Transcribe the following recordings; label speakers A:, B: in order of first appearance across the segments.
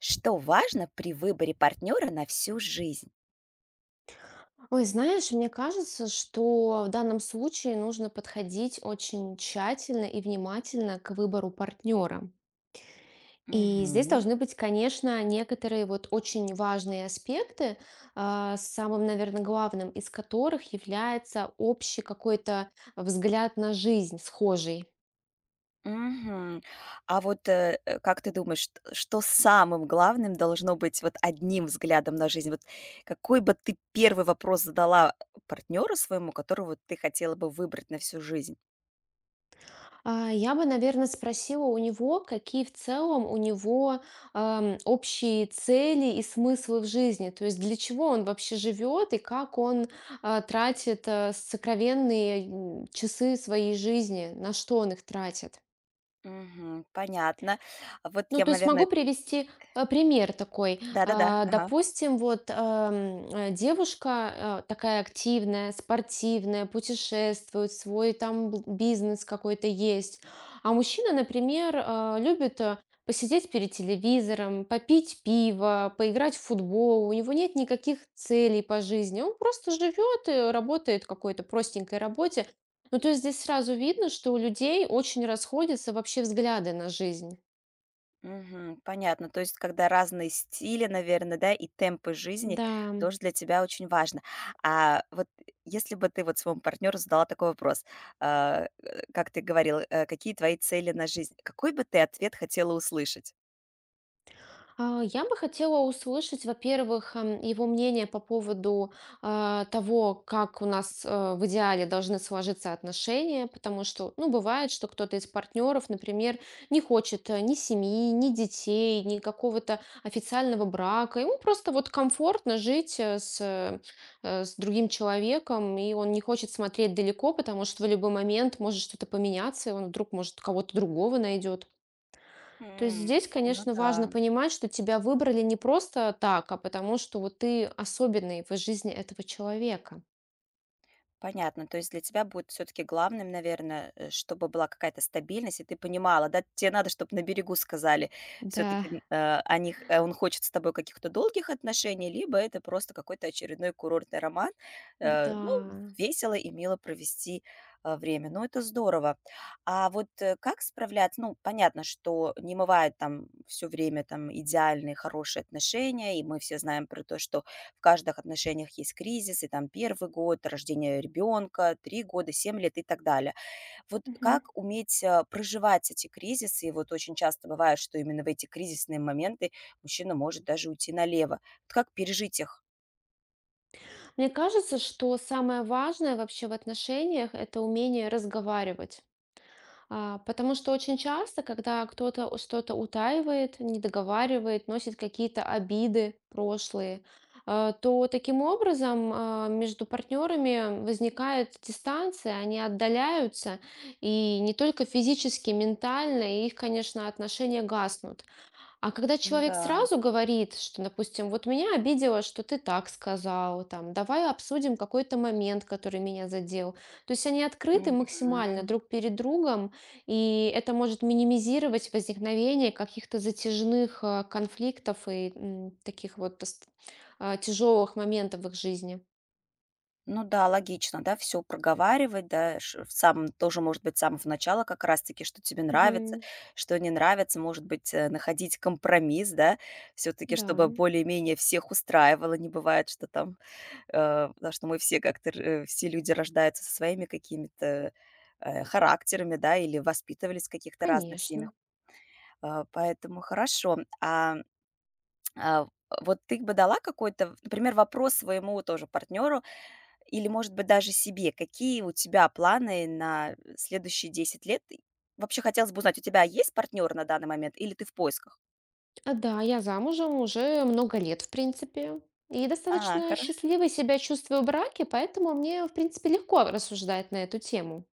A: Что важно при выборе партнера на всю жизнь?
B: Ой, знаешь, мне кажется, что в данном случае нужно подходить очень тщательно и внимательно к выбору партнера. И здесь
A: Мгм.
B: должны быть, конечно, некоторые вот очень важные аспекты, самым, наверное, главным из которых является общий какой-то взгляд на жизнь схожий.
A: Мгм. А вот как ты думаешь, что самым главным должно быть вот одним взглядом на жизнь? Вот какой бы ты первый вопрос задала партнеру своему, которого ты хотела бы выбрать на всю жизнь?
B: Я бы, наверное, спросила у него, какие в целом у него общие цели и смыслы в жизни, то есть для чего он вообще живет и как он тратит сокровенные часы своей жизни, на что он их тратит.
A: Мгм. Понятно. Вот
B: Ну,
A: я,
B: то есть
A: наверное.
B: могу привести, пример такой.
A: Да-да-да,
B: А,
A: ага.
B: допустим, вот, девушка, такая активная, спортивная, путешествует, свой там б бизнес какой-то есть. А мужчина, например, любит, посидеть перед телевизором, попить пиво, поиграть в футбол. У него нет никаких целей по жизни. Он просто живет и работает в какой-то простенькой работе. Ну, то есть здесь сразу видно, что у людей очень расходятся вообще взгляды на жизнь.
A: Мгм. Понятно. То есть, когда разные стили, наверное, да, и темпы жизни
B: Да.
A: тоже для тебя очень важно. А вот если бы ты вот своему партнеру задала такой вопрос, как ты говорила, какие твои цели на жизнь, какой бы ты ответ хотела услышать?
B: Я бы хотела услышать, во-первых, его мнение по поводу того, как у нас в идеале должны сложиться отношения, потому что, ну, бывает, что кто-то из партнеров, например, не хочет ни семьи, ни детей, ни какого-то официального брака. Ему просто вот комфортно жить с другим человеком, и он не хочет смотреть далеко, потому что в любой момент может что-то поменяться, и он вдруг, может, кого-то другого найдет. То есть
A: М,
B: здесь,
A: ну
B: конечно, важно
A: да.
B: понимать, что тебя выбрали не просто так, а потому что вот ты особенный в жизни этого человека.
A: Понятно. То есть для тебя будет все-таки главным, наверное, чтобы была какая-то стабильность, и ты понимала, да, тебе надо, чтобы на берегу сказали
B: Да.
A: все-таки о них, он хочет с тобой каких-то долгих отношений, либо это просто какой-то очередной курортный роман.
B: Да.
A: Ну, весело и мило провести время. Ну, это здорово. А вот как справляться? Ну, понятно, что не бывает там все время там идеальные, хорошие отношения, и мы все знаем про то, что в каждых отношениях есть кризис, и там первый год, рождение ребенка, 3 года, 7 лет и так далее. Вот
B: Мгм.
A: как уметь проживать эти кризисы? И вот очень часто бывает, что именно в эти кризисные моменты мужчина может даже уйти налево. Вот как пережить их?
B: Мне кажется, что самое важное вообще в отношениях — это умение разговаривать. Потому что очень часто, когда кто-то что-то утаивает, не договаривает, носит какие-то обиды прошлые, то таким образом между партнерами возникает дистанция, они отдаляются, и не только физически, ментально, и их, конечно, отношения гаснут. А когда
A: Ну
B: человек
A: да.
B: сразу говорит, что, допустим, вот меня обидело, что ты так сказал, там, давай обсудим какой-то момент, который меня задел. То есть они открыты максимально
A: Мгм.
B: друг перед другом, и это может минимизировать возникновение каких-то затяжных конфликтов и таких вот тяжелых моментов в их жизни.
A: Ну да, логично, да, все проговаривать, да, ш в самом тоже, может быть, с самого начала как раз таки, что тебе нравится,
B: Мгм.
A: что не нравится, может быть, находить компромисс, да, все таки
B: Да,
A: чтобы более-менее всех устраивало. Не бывает, что там, потому что мы все как-то все люди рождаются со своими какими-то, характерами, да, или воспитывались в каких-то разных семьях.
B: конечно.
A: Поэтому хорошо. А, вот ты бы дала какой-то, например, вопрос своему тоже партнеру? Или, может быть, даже себе. Какие у тебя планы на следующие 10 лет? И вообще хотелось бы узнать, у тебя есть партнер на данный момент или ты в поисках?
B: Да, я замужем уже много лет, в принципе. И
A: А,
B: достаточно
A: хоро
B: счастливой себя чувствую в браке, поэтому мне, в принципе, легко рассуждать на эту тему.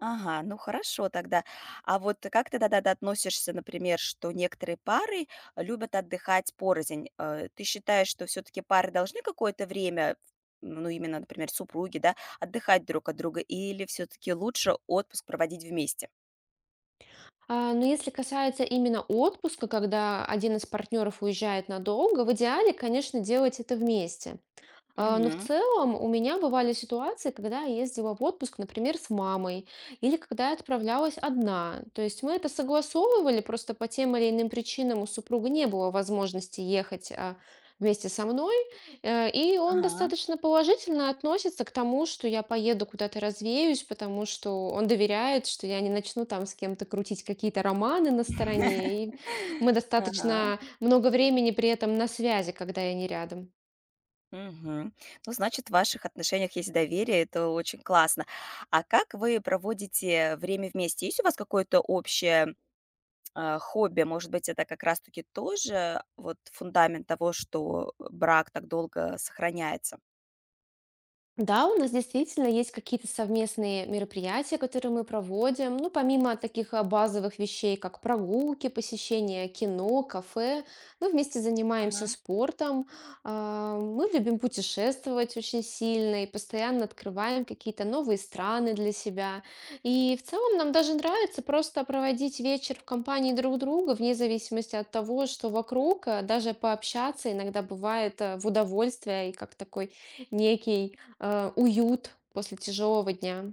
A: Ага, ну хорошо тогда. А вот как ты тогда относишься, например, что некоторые пары любят отдыхать порознь? Ты считаешь, что все-таки пары должны какое-то время, ну именно, например, супруги, да, отдыхать друг от друга, или все-таки лучше отпуск проводить вместе?
B: Но если касается именно отпуска, когда один из партнеров уезжает надолго, в идеале, конечно, делать это вместе. Но в
A: Мгм.
B: целом у меня бывали ситуации, когда я ездила в отпуск, например, с мамой, или когда я отправлялась одна. То есть мы это согласовывали, просто по тем или иным причинам у супруга не было возможности ехать вместе со мной. И он
A: Ага.
B: достаточно положительно относится к тому, что я поеду куда-то развеюсь, потому что он доверяет, что я не начну там с кем-то крутить какие-то романы на стороне. И мы
A: Ага.
B: достаточно много времени при этом на связи, когда я не рядом.
A: Мгм. Ну, значит, в ваших отношениях есть доверие, это очень классно. А как вы проводите время вместе? Есть у вас какое-то общее хобби? Может быть, это как раз-таки тоже вот фундамент того, что брак так долго сохраняется?
B: Да, у нас действительно есть какие-то совместные мероприятия, которые мы проводим. Ну, помимо таких базовых вещей, как прогулки, посещение кино, кафе, мы вместе занимаемся
A: Ага.
B: спортом. Мы любим путешествовать очень сильно и постоянно открываем какие-то новые страны для себя. И в целом нам даже нравится просто проводить вечер в компании друг друга, вне зависимости от того, что вокруг, даже пообщаться иногда бывает в удовольствие и как такой некий уют после тяжелого дня.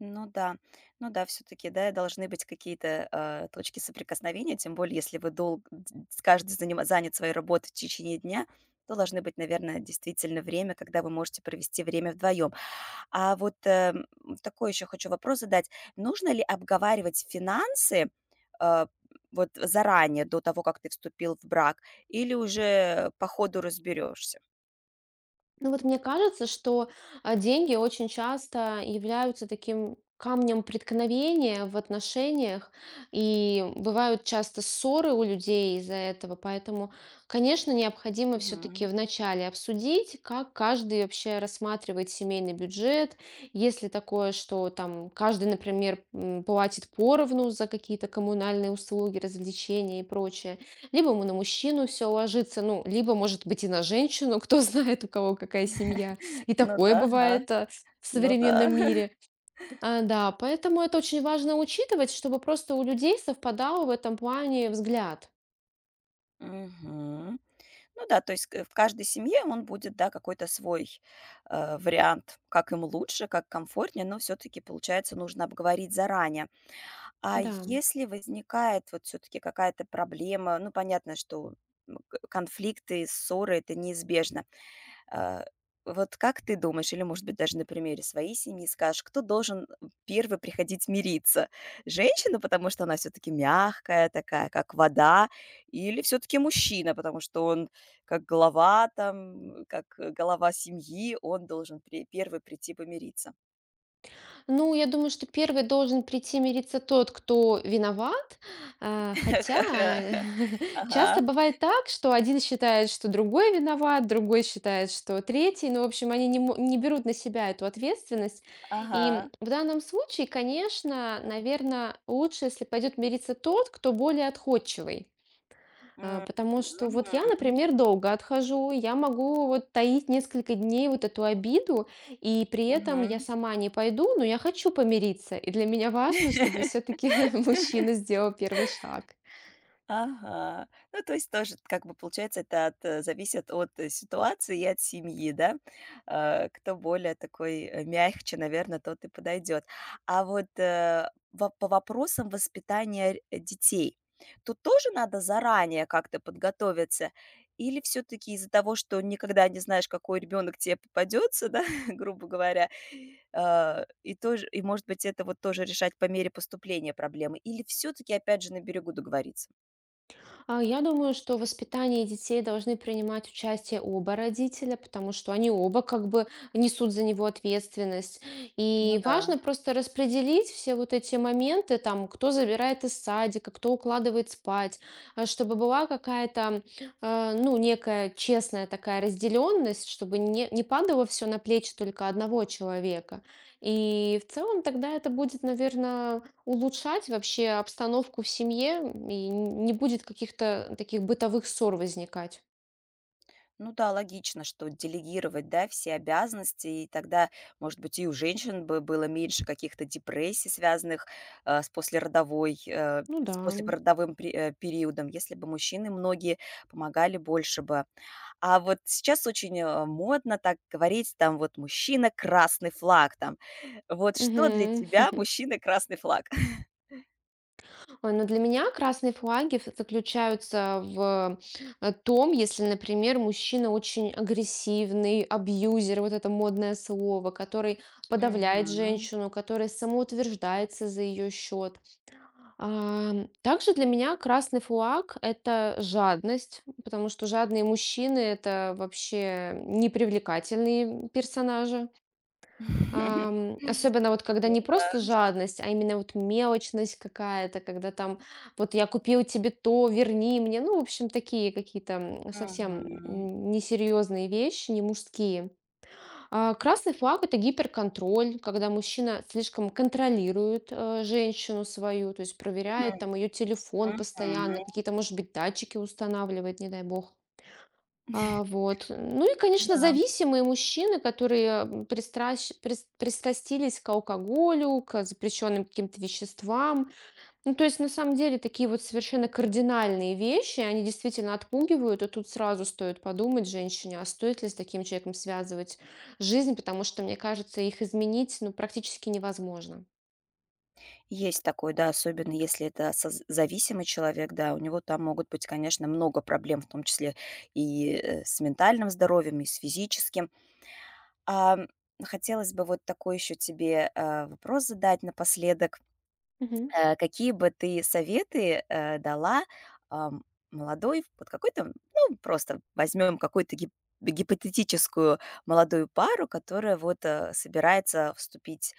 A: Ну да, ну да, все-таки, да, должны быть какие-то точки соприкосновения, тем более, если вы долго, каждый занят своей работой в течение дня, то должны быть, наверное, действительно время, когда вы можете провести время вдвоем. А вот, такой еще хочу вопрос задать. Нужно ли обговаривать финансы, э, вот заранее, до того, как ты вступил в брак, или уже по ходу разберешься?
B: Ну вот мне кажется, что деньги очень часто являются таким камнем преткновения в отношениях, и бывают часто ссоры у людей из-за этого, поэтому, конечно, необходимо все-таки
A: Мгм.
B: вначале обсудить, как каждый вообще рассматривает семейный бюджет, если такое, что там каждый, например, платит поровну за какие-то коммунальные услуги, развлечения и прочее, либо мы на мужчину все ложится, ну, либо, может быть, и на женщину, кто знает, у кого какая семья. И
A: Ну
B: такое
A: да, ага,
B: бывает, в
A: ну да.
B: современном мире. Да, поэтому это очень важно учитывать, чтобы просто у людей совпадал в этом плане взгляд.
A: Мгм. Ну да, то есть к в каждой семье он будет, да, какой-то свой, вариант, как им лучше, как комфортнее, но все таки получается, нужно обговорить заранее. А
B: Да.
A: если возникает вот все таки какая-то проблема, ну, понятно, что, м, к конфликты, ссоры- это неизбежно. А, вот как ты думаешь, или, может быть, даже на примере своей семьи скажешь, кто должен первый приходить мириться? Женщина, потому что она все таки мягкая такая, как вода, или все таки мужчина, потому что он как глава там, как голова семьи, он должен при первый прийти помириться?
B: Ну, я думаю, что первый должен прийти мириться тот, кто виноват. Хотя
A: Ага,
B: часто бывает так, что один считает, что другой виноват, другой считает, что третий. Ну, в общем, они не берут на себя эту ответственность. И
A: ага.
B: в данном случае, конечно, наверное, лучше, если пойдет мириться тот, кто более отходчивый.
A: Мгм.
B: Потому что вот я,
A: Мгм.
B: например, долго отхожу, я могу вот таить несколько дней вот эту обиду, и при этом я
A: Мгм.
B: сама не пойду, но я хочу помириться. И для меня важно, чтобы все-таки мужчина сделал первый шаг.
A: Ага. Ну, то есть тоже, как бы, получается, это зависит от, ситуации и от семьи, да? Кто более такой, мягче, наверное, тот и подойдет. А вот, э, во по вопросам воспитания детей, тут тоже надо заранее как-то подготовиться? Или все таки из-за того, что никогда не знаешь, какой ребенок тебе попадется, да, грубо говоря, и тоже может быть, это вот тоже решать по мере поступления проблемы? Или все таки опять же, на берегу договориться?
B: Я думаю, что в воспитании детей должны принимать участие оба родителя, потому что они оба как бы несут за него ответственность.
A: Ну
B: И
A: да,
B: важно просто распределить все вот эти моменты, там, кто забирает из садика, кто укладывает спать, чтобы была какая-то, ну, некая честная такая разделенность, чтобы не падало все на плечи только одного человека. И в целом тогда это будет, наверное, улучшать вообще обстановку в семье, и не будет каких-то таких бытовых ссор возникать.
A: ну да, логично, что делегировать, да, все обязанности, и тогда, может быть, и у женщин бы было меньше каких-то депрессий, связанных
B: Ну да.
A: с послеродовым периодом, если бы мужчины многие помогали больше бы. А вот сейчас очень модно так говорить, там вот мужчина красный флаг, там. Вот что для
B: Мгм.
A: тебя мужчина красный флаг?
B: Ой, но для меня красные флаги заключаются в том, если, например, мужчина очень агрессивный, абьюзер, вот это модное слово, который подавляет
A: Мгм.
B: женщину, который самоутверждается за ее счет. Также для меня красный флаг — это жадность, потому что жадные мужчины — это вообще непривлекательные персонажи. Особенно вот когда
A: Ну
B: не просто
A: да.
B: жадность, а именно вот мелочность какая-то, когда там вот я купил тебе то, верни мне. Ну, в общем, такие какие-то совсем
A: Мгм.
B: несерьезные вещи, не мужские. Красный флаг — это гиперконтроль, когда мужчина слишком контролирует женщину свою, то есть проверяет там ее телефон
A: М,
B: постоянно,
A: мгм.
B: какие-то, может быть, датчики устанавливает, не дай бог. Вот. Ну и, конечно,
A: Да.
B: зависимые мужчины, которые пристрастились к алкоголю, к запрещенным каким-то веществам, ну, то есть, на самом деле, такие вот совершенно кардинальные вещи, они действительно отпугивают, и тут сразу стоит подумать женщине, а стоит ли с таким человеком связывать жизнь, потому что, мне кажется, их изменить, ну, практически невозможно.
A: Есть такой, да, особенно если это соз зависимый человек, да, у него там могут быть, конечно, много проблем, в том числе и, с ментальным здоровьем, и с физическим. Ам, Хотелось бы вот такой еще тебе, вопрос задать напоследок.
B: Мгм.
A: Какие бы ты советы, дала, ам, молодой, вот какой-то, ну, просто возьмем какую-то гипотетическую молодую пару, которая вот, собирается вступить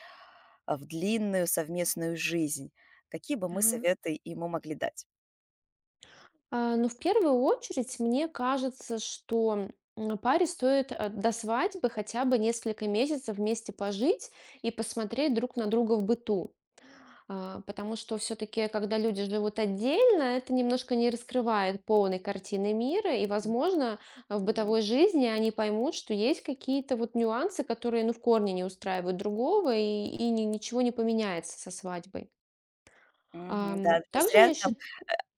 A: в длинную совместную жизнь. Какие бы мы
B: Ага.
A: советы ему могли дать?
B: Ну, в первую очередь, мне кажется, что паре стоит до свадьбы хотя бы несколько месяцев вместе пожить и посмотреть друг на друга в быту. Потому что все таки когда люди живут отдельно, это немножко не раскрывает полной картины мира, и, возможно, в
A: Мгм.
B: бытовой жизни они поймут, что есть какие-то вот нюансы, которые, ну, в корне не устраивают другого, и ничего не поменяется со свадьбой.
A: Мгм. Да, не
B: Также
A: зря
B: я
A: там,
B: считаю...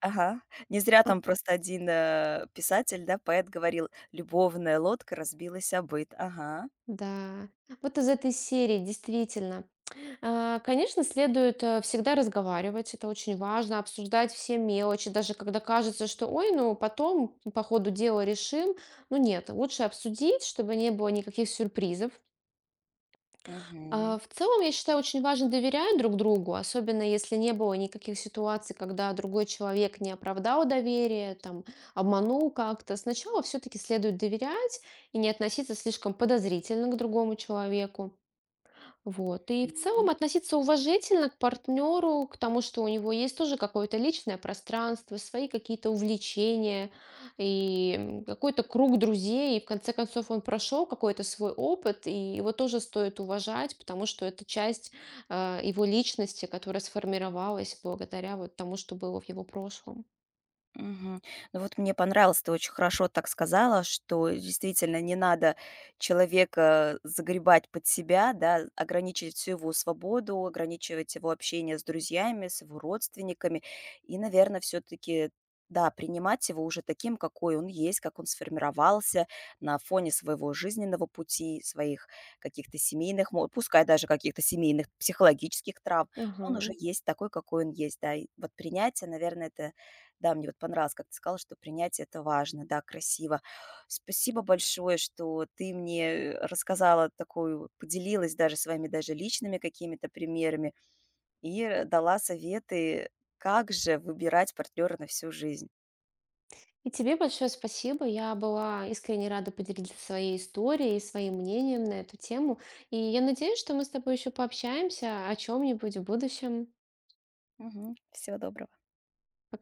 A: ага, не зря там просто один писатель, да, поэт говорил: «Любовная лодка разбилась о быт». Ага.
B: Да, вот из этой серии действительно. Конечно, следует всегда разговаривать, это очень важно, обсуждать все мелочи, даже когда кажется, что, ой, ну потом по ходу дела решим. Ну нет, лучше обсудить, чтобы не было никаких сюрпризов.
A: Мгм.
B: В целом, я считаю, очень важно доверять друг другу, особенно если не было никаких ситуаций, когда другой человек не оправдал доверие, там, обманул как-то. Сначала все-таки следует доверять и не относиться слишком подозрительно к другому человеку. Вот. И в
A: Мгм.
B: целом относиться уважительно к партнеру, к тому, что у него есть тоже какое-то личное пространство, свои какие-то увлечения и какой-то круг друзей. И в конце концов он прошел какой-то свой опыт, и его тоже стоит уважать, потому что это часть его личности, которая сформировалась благодаря вот тому, что было в его прошлом.
A: Мгм. Ну вот мне понравилось, ты очень хорошо так сказала, что действительно не надо человека загребать под себя, да, ограничивать всю его свободу, ограничивать его общение с друзьями, с его родственниками. И, наверное, все-таки да, принимать его уже таким, какой он есть, как он сформировался на фоне своего жизненного пути, своих каких-то семейных, пускай даже каких-то семейных психологических травм, но
B: Ага.
A: он уже есть такой, какой он есть, да, и вот принятие, наверное, это да, мне вот понравилось, как ты сказала, что принять- это важно, да, красиво. Спасибо большое, что ты мне рассказала такую, поделилась даже своими даже личными какими-то примерами и, дала советы, как же выбирать партнера на всю жизнь.
B: И тебе большое спасибо. Я была искренне рада поделиться своей историей, своим мнением на эту тему. И я надеюсь, что мы с тобой еще пообщаемся о чем-нибудь в будущем.
A: Мгм. Всего доброго.
B: Пока.